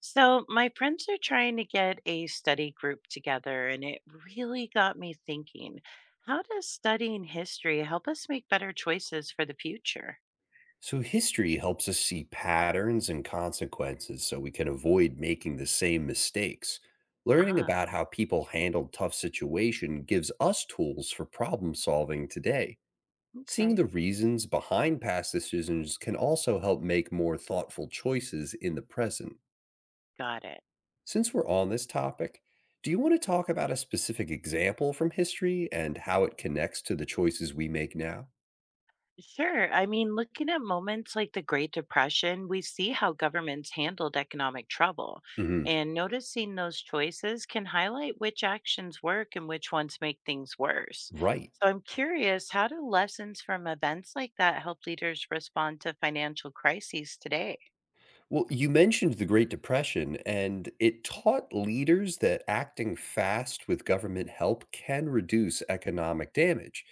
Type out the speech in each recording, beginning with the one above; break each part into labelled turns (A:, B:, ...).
A: So, my friends are trying to get a study group together, and it really got me thinking, how does studying history help us make better choices for the future?
B: So, history helps us see patterns and consequences so we can avoid making the same mistakes. Learning
A: Ah,
B: about how people handled tough situations gives us tools for problem solving today. Seeing
A: okay.
B: the reasons behind past decisions can also help make more thoughtful choices in the present.
A: Got it.
B: Since we're on this topic, do you want to talk about a specific example from history and how it connects to the choices we make now?
A: Sure. Looking at moments like the Great Depression, we see how governments handled economic trouble.
B: Hmm.
A: And noticing those choices can highlight which actions work and which ones make things worse.
B: Right.
A: So I'm curious, how do lessons from events like that help leaders respond to financial crises today?
B: Well, you mentioned the Great Depression, and it taught leaders that acting fast with government help can reduce economic damage.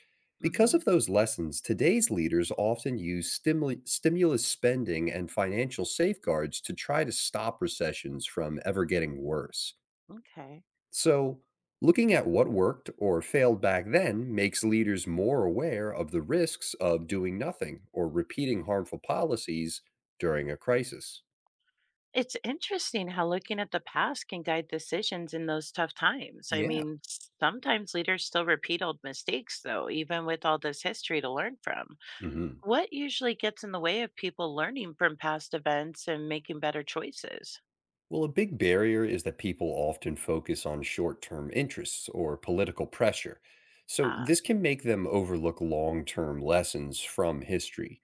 B: Because
A: Hmm.
B: of those lessons, today's leaders often use stimulus spending and financial safeguards to try to stop recessions from ever getting worse.
A: Okay.
B: So, looking at what worked or failed back then makes leaders more aware of the risks of doing nothing or repeating harmful policies during a crisis.
A: It's interesting how looking at the past can guide decisions in those tough times.
B: Yeah.
A: Sometimes leaders still repeat old mistakes, though, even with all this history to learn from.
B: Mhm.
A: What usually gets in the way of people learning from past events and making better choices?
B: Well, a big barrier is that people often focus on short term interests or political pressure. So,
A: Ah,
B: this can make them overlook long term lessons from history.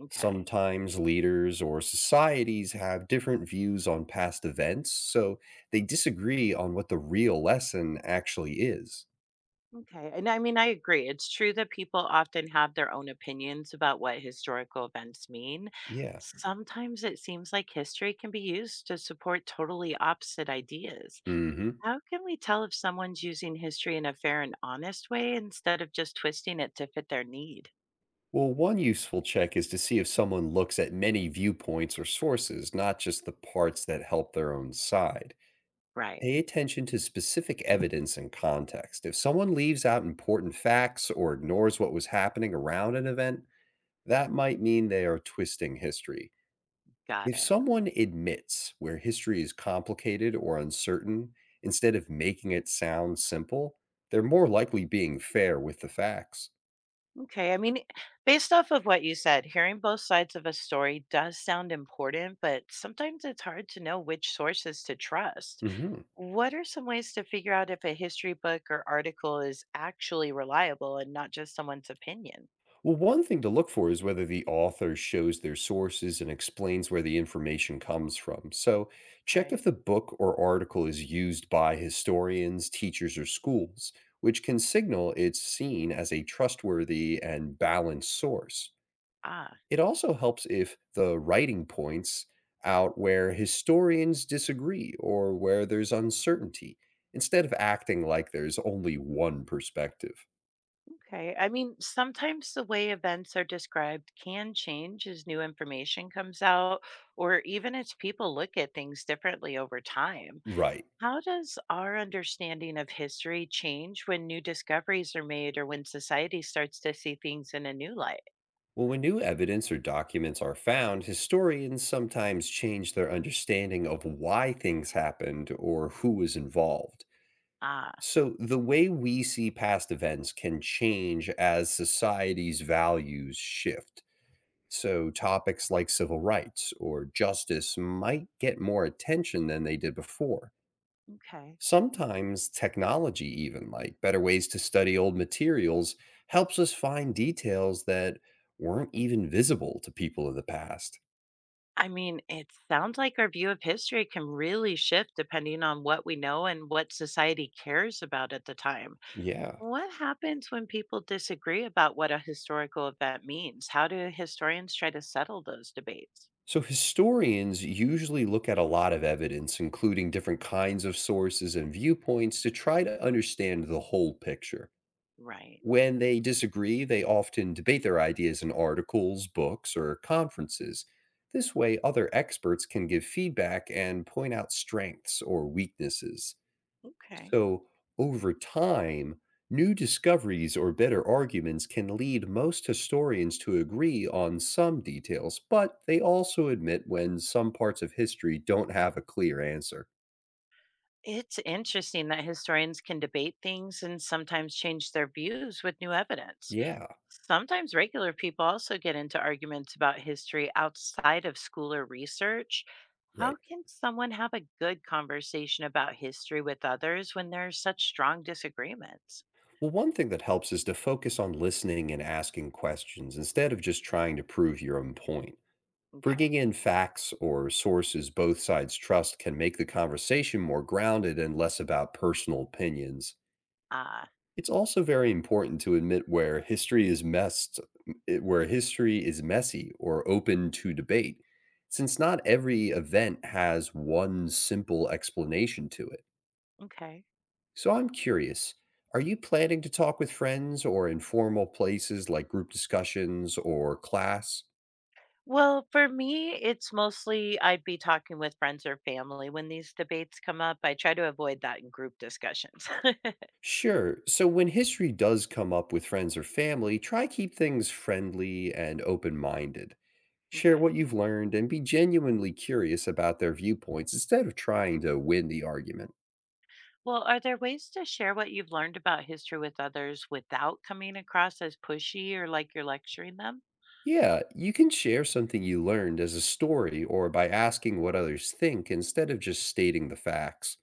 A: okay.
B: Sometimes leaders or societies have different views on past events, so they disagree on what the real lesson actually is.
A: Okay. And I agree. It's true that people often have their own opinions about what historical events mean.
B: Yeah.
A: Sometimes it seems like history can be used to support totally opposite ideas.
B: Hmm.
A: How can we tell if someone's using history in a fair and honest way instead of just twisting it to fit their need?
B: Well, one useful check is to see if someone looks at many viewpoints or sources, not just the parts that help their own side.
A: Right.
B: Pay attention to specific evidence and context. If someone leaves out important facts or ignores what was happening around an event, that might mean they are twisting history.
A: Got
B: If
A: it.
B: someone admits where history is complicated or uncertain instead of making it sound simple, they're more likely being fair with the facts.
A: Okay. Based off of what you said, hearing both sides of a story does sound important, but sometimes it's hard to know which sources to trust.
B: Mhm.
A: What are some ways to figure out if a history book or article is actually reliable and not just someone's opinion?
B: Well, one thing to look for is whether the author shows their sources and explains where the information comes from. So, check if
A: Okay.
B: the book or article is used by historians, teachers, or schools, which can signal it's seen as a trustworthy and balanced source.
A: Ah.
B: It also helps if the writing points out where historians disagree or where there's uncertainty, instead of acting like there's only one perspective.
A: Okay. Sometimes the way events are described can change as new information comes out, or even as people look at things differently over time.
B: Right.
A: How does our understanding of history change when new discoveries are made or when society starts to see things in a new light?
B: Well, when new evidence or documents are found, historians sometimes change their understanding of why things happened or who was involved.
A: Ah,
B: So, the way we see past events can change as society's values shift. So, topics like civil rights or justice might get more attention than they did before.
A: okay.
B: Sometimes technology, even like better ways to study old materials, helps us find details that weren't even visible to people of the past.
A: It sounds like our view of history can really shift depending on what we know and what society cares about at the time.
B: Yeah.
A: What happens when people disagree about what a historical event means? How do historians try to settle those debates?
B: So historians usually look at a lot of evidence, including different kinds of sources and viewpoints, to try to understand the whole picture.
A: Right.
B: When they disagree, they often debate their ideas in articles, books, or conferences. This way, other experts can give feedback and point out strengths or weaknesses.
A: Okay.
B: So, over time, new discoveries or better arguments can lead most historians to agree on some details, but they also admit when some parts of history don't have a clear answer.
A: It's interesting that historians can debate things and sometimes change their views with new evidence.
B: Yeah,
A: Sometimes regular people also get into arguments about history outside of school or research. How
B: right.
A: can someone have a good conversation about history with others when there's such strong disagreements?
B: Well, one thing that helps is to focus on listening and asking questions instead of just trying to prove your own point. Bringing
A: Okay.
B: in facts or sources both sides trust can make the conversation more grounded and less about personal opinions.
A: Ah,
B: It's also very important to admit where history is messed it- where history is messy or open to debate, since not every event has one simple explanation to it.
A: okay.
B: So I'm curious, are you planning to talk with friends or informal places like group discussions or class?
A: Well, for me, it's mostly I'd be talking with friends or family when these debates come up. I try to avoid that in group discussions.
B: Sure. So when history does come up with friends or family, try keep things friendly and open-minded. Share
A: Okay.
B: what you've learned and be genuinely curious about their viewpoints instead of trying to win the argument.
A: Well, are there ways to share what you've learned about history with others without coming across as pushy or like you're lecturing them?
B: Yeah, you can share something you learned as a story or by asking what others think instead of just stating the facts.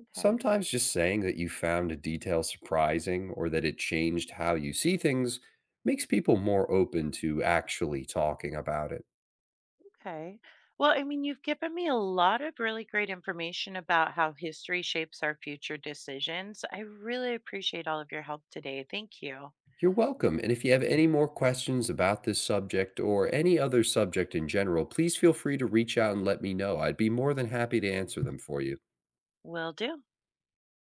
A: Okay.
B: Sometimes just saying that you found a detail surprising or that it changed how you see things makes people more open to actually talking about it.
A: Okay. Well, you've given me a lot of really great information about how history shapes our future decisions. I really appreciate all of your help today. Thank you.
B: You're welcome. And if you have any more questions about this subject or any other subject in general, please feel free to reach out and let me know. I'd be more than happy to answer them for you.
A: Will do.